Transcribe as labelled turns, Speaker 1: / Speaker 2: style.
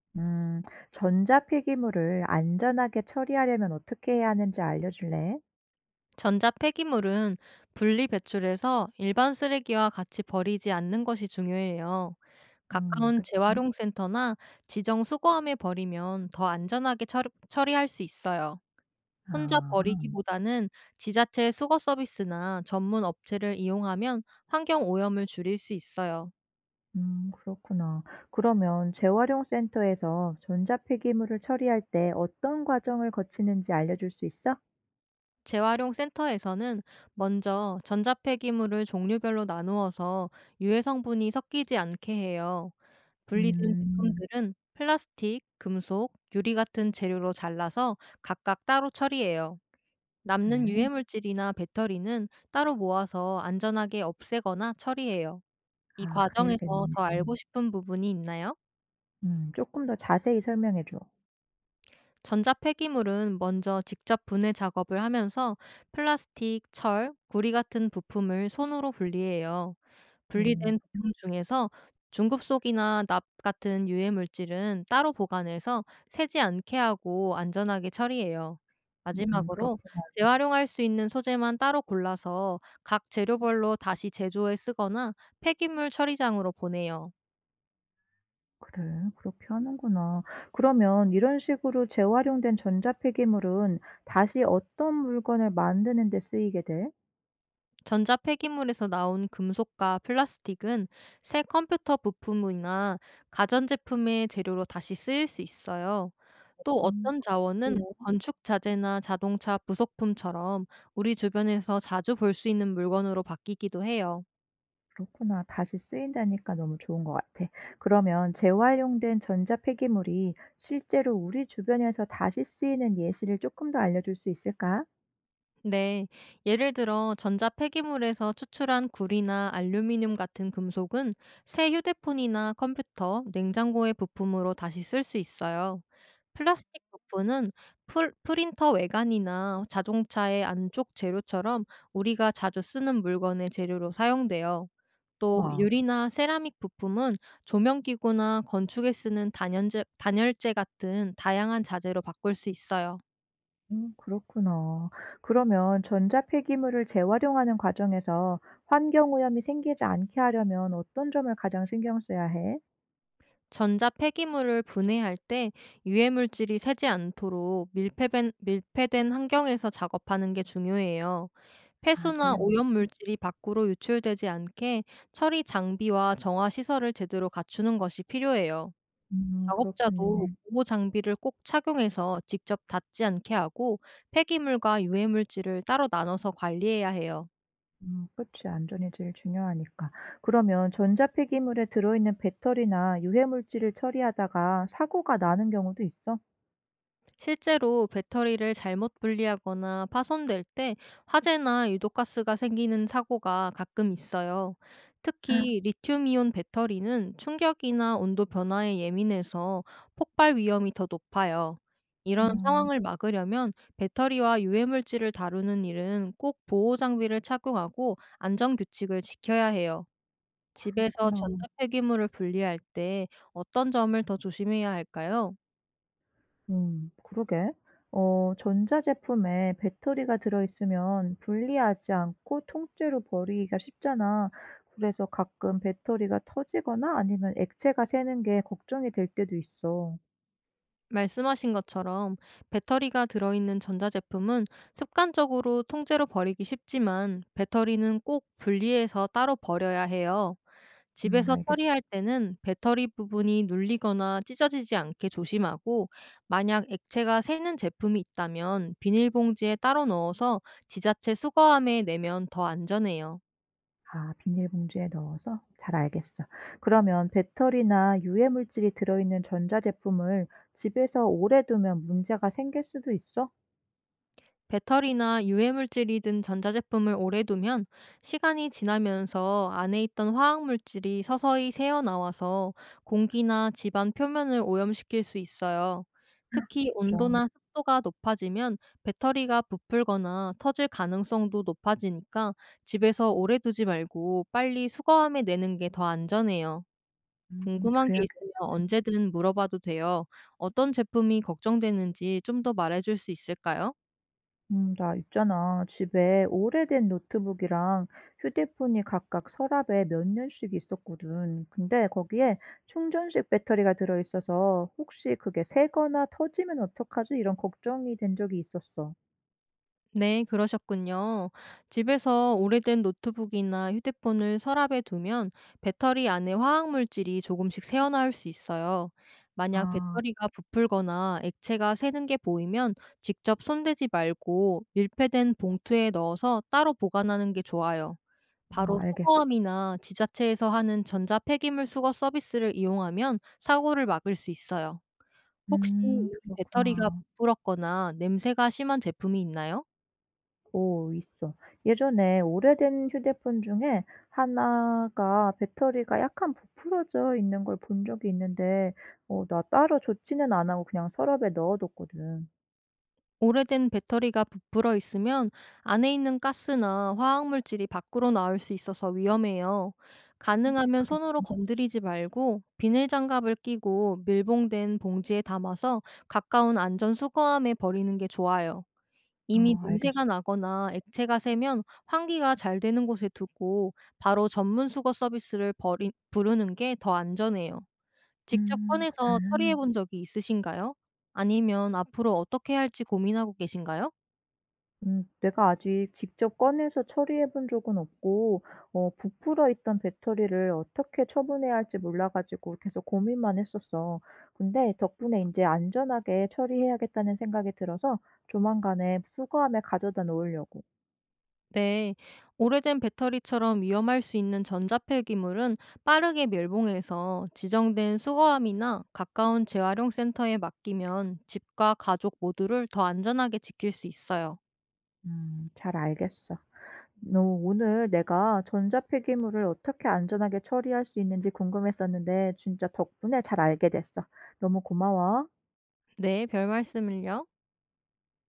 Speaker 1: 음, 전자폐기물을 안전하게 처리하려면 어떻게 해야 하는지 알려줄래?
Speaker 2: 전자 폐기물은 분리 배출해서 일반 쓰레기와 같이 버리지 않는 것이 중요해요. 가까운
Speaker 1: 그치.
Speaker 2: 재활용센터나 지정 수거함에 버리면 더 안전하게 처리할 수 있어요. 혼자
Speaker 1: 아.
Speaker 2: 버리기보다는 지자체 수거 서비스나 전문 업체를 이용하면 환경 오염을 줄일 수 있어요.
Speaker 1: 그렇구나. 그러면 재활용센터에서 전자폐기물을 처리할 때 어떤 과정을 거치는지 알려줄 수 있어?
Speaker 2: 재활용 센터에서는 먼저 전자 폐기물을 종류별로 나누어서 유해 성분이 섞이지 않게 해요. 분리된
Speaker 1: 음,
Speaker 2: 제품들은 플라스틱, 금속, 유리 같은 재료로 잘라서 각각 따로 처리해요. 남는
Speaker 1: 그래.
Speaker 2: 유해물질이나 배터리는 따로 모아서 안전하게 없애거나 처리해요. 이
Speaker 1: 아,
Speaker 2: 과정에서
Speaker 1: 그래야겠네.
Speaker 2: 더 알고 싶은 부분이 있나요?
Speaker 1: 조금 더 자세히 설명해줘.
Speaker 2: 전자 폐기물은 먼저 직접 분해 작업을 하면서 플라스틱, 철, 구리 같은 부품을 손으로 분리해요.
Speaker 1: 음,
Speaker 2: 분리된 부품 중에서 중급속이나 납 같은 유해 물질은 따로 보관해서 새지 않게 하고 안전하게 처리해요.
Speaker 1: 그렇
Speaker 2: 마지막으로 재활용할 수 있는 소재만 따로 골라서 각 재료별로 다시 제조해 쓰거나 폐기물 처리장으로 보내요.
Speaker 1: 그래, 그렇게 하는구나. 그러면 이런 식으로 재활용된 전자 폐기물은 다시 어떤 물건을 만드는 데 쓰이게 돼?
Speaker 2: 전자 폐기물에서 나온 금속과 플라스틱은 새 컴퓨터 부품이나 가전제품의 재료로 다시 쓰일 수 있어요. 또
Speaker 1: 음,
Speaker 2: 어떤 자원은
Speaker 1: 그래요.
Speaker 2: 건축 자재나 자동차 부속품처럼 우리 주변에서 자주 볼 수 있는 물건으로 바뀌기도 해요.
Speaker 1: 그렇구나. 다시 쓰인다니까 너무 좋은 것 같아. 그러면 재활용된 전자 폐기물이 실제로 우리 주변에서 다시 쓰이는 예시를 조금 더 알려줄 수 있을까?
Speaker 2: 네. 예를 들어 전자 폐기물에서 추출한 구리나 알루미늄 같은 금속은 새 휴대폰이나 컴퓨터, 냉장고의 부품으로 다시 쓸 수 있어요. 플라스틱 부품은 프린터 외관이나 자동차의 안쪽 재료처럼 우리가 자주 쓰는 물건의 재료로 사용돼요. 또
Speaker 1: 와.
Speaker 2: 유리나 세라믹 부품은 조명기구나 건축에 쓰는 단열재 같은 다양한 자재로 바꿀 수 있어요.
Speaker 1: 그렇구나. 그러면 전자 폐기물을 재활용하는 과정에서 환경 오염이 생기지 않게 하려면 어떤 점을 가장 신경 써야 해?
Speaker 2: 전자 폐기물을 분해할 때 유해 물질이 새지 않도록 밀폐된 환경에서 작업하는 게 중요해요.
Speaker 1: 아,
Speaker 2: 폐수나 오염
Speaker 1: 유해물질.
Speaker 2: 물질이 밖으로 유출되지 않게 처리 장비와 정화 시설을 제대로 갖추는 것이 필요해요.
Speaker 1: 음,
Speaker 2: 작업자도
Speaker 1: 그렇겠네.
Speaker 2: 보호 장비를 꼭 착용해서 직접 닿지 않게 하고 폐기물과 유해 물질을 따로 나눠서 관리해야 해요.
Speaker 1: 음, 그치. 안전이 제일 중요하니까. 그러면 전자 폐기물에 들어있는 배터리나 유해물질을 처리하다가 사고가 나는 경우도 있어?
Speaker 2: 실제로 배터리를 잘못 분리하거나 파손될 때 화재나 유독가스가 생기는 사고가 가끔 있어요.
Speaker 1: 아,
Speaker 2: 특히 리튬이온 배터리는 충격이나 온도 변화에 예민해서 폭발 위험이 더 높아요. 이런 상황을 막으려면 배터리와 유해물질을 다루는 일은 꼭 보호 장비를 착용하고 안전 규칙을 지켜야 해요. 집에서
Speaker 1: 그렇구나.
Speaker 2: 전자폐기물을 분리할 때 어떤 점을 더 조심해야 할까요?
Speaker 1: 음, 그러게. 어, 전자 제품에 배터리가 들어있으면 분리하지 않고 통째로 버리기가 쉽잖아. 그래서 가끔 배터리가 터지거나 아니면 액체가 새는 게 걱정이 될 때도 있어.
Speaker 2: 말씀하신 것처럼 배터리가 들어있는 전자제품은 습관적으로 통째로 버리기 쉽지만, 배터리는 꼭 분리해서 따로 버려야 해요.
Speaker 1: 음,
Speaker 2: 집에서
Speaker 1: 알겠어.
Speaker 2: 처리할 때는 배터리 부분이 눌리거나 찢어지지 않게 조심하고, 만약 액체가 새는 제품이 있다면 비닐봉지에 따로 넣어서 지자체 수거함에 내면 더 안전해요.
Speaker 1: 아, 비닐봉지에 넣어서? 잘 알겠어. 그러면 배터리나 유해 물질이 들어 있는 전자 제품을 집에서 오래 두면 문제가 생길 수도 있어?
Speaker 2: 배터리나 유해물질이 든 전자제품을 오래 두면 시간이 지나면서 안에 있던 화학물질이 서서히 새어나와서 공기나 집안 표면을 오염시킬 수 있어요. 특히
Speaker 1: 진짜.
Speaker 2: 온도나 습도가 높아지면 배터리가 부풀거나 터질 가능성도 높아지니까 집에서 오래 두지 말고 빨리 수거함에 내는 게 더 안전해요. 궁금한 게
Speaker 1: 그래야겠
Speaker 2: 있으면 언제든 물어봐도 돼요. 어떤 제품이 걱정되는지 좀 더 말해줄 수 있을까요?
Speaker 1: 음, 나 있잖아. 집에 오래된 노트북이랑 휴대폰이 각각 서랍에 몇 년씩 있었거든. 근데 거기에 충전식 배터리가 들어 있어서 '혹시 그게 새거나 터지면 어떡하지?' 이런 걱정이 된 적이 있었어.
Speaker 2: 네, 그러셨군요. 집에서 오래된 노트북이나 휴대폰을 서랍에 두면 배터리 안에 화학물질이 조금씩 새어나올 수 있어요. 만약
Speaker 1: 아.
Speaker 2: 배터리가 부풀거나 액체가 새는 게 보이면 직접 손대지 말고 밀폐된 봉투에 넣어서 따로 보관하는 게 좋아요.
Speaker 1: 아,
Speaker 2: 바로
Speaker 1: 알겠어.
Speaker 2: 수거함이나 지자체에서 하는 전자 폐기물 수거 서비스를 이용하면 사고를 막을 수 있어요. 혹시 이
Speaker 1: 음,
Speaker 2: 배터리가
Speaker 1: 그렇구나.
Speaker 2: 부풀었거나 냄새가 심한 제품이 있나요?
Speaker 1: 오, 있어. 예전에 오래된 휴대폰 중에 하나가 배터리가 약간 부풀어져 있는 걸 본 적이 있는데 어, 나 따로 조치는 안 하고 그냥 서랍에 넣어 뒀거든.
Speaker 2: 오래된 배터리가 부풀어 있으면 안에 있는 가스나 화학물질이 밖으로 나올 수 있어서 위험해요. 가능하면
Speaker 1: 그래.
Speaker 2: 손으로 건드리지 말고 비닐 장갑을 끼고 밀봉된 봉지에 담아서 가까운 안전 수거함에 버리는 게 좋아요.
Speaker 1: 어,
Speaker 2: 이미
Speaker 1: 알겠어.
Speaker 2: 냄새가 나거나 액체가 새면 환기가 잘 되는 곳에 두고 바로 전문 수거 서비스를 부르는 게 더 안전해요. 직접
Speaker 1: 음,
Speaker 2: 꺼내서
Speaker 1: 그래.
Speaker 2: 처리해 본 적이 있으신가요? 아니면 앞으로 어떻게 할지 고민하고 계신가요?
Speaker 1: 내가 아직 직접 꺼내서 처리해 본 적은 없고, 부풀어 있던 배터리를 어떻게 처분해야 할지 몰라가지고 계속 고민만 했었어. 근데 덕분에 이제 안전하게 처리해야겠다는 생각이 들어서 조만간에 수거함에 가져다 놓으려고.
Speaker 2: 네. 오래된 배터리처럼 위험할 수 있는 전자폐기물은 빠르게 멸봉해서 지정된 수거함이나 가까운 재활용 센터에 맡기면 집과 가족 모두를 더 안전하게 지킬 수 있어요.
Speaker 1: 잘 알겠어. 너 오늘 내가 전자폐기물을 어떻게 안전하게 처리할 수 있는지 궁금했었는데, 진짜 덕분에 잘 알게 됐어. 너무 고마워.
Speaker 2: 네, 별 말씀을요.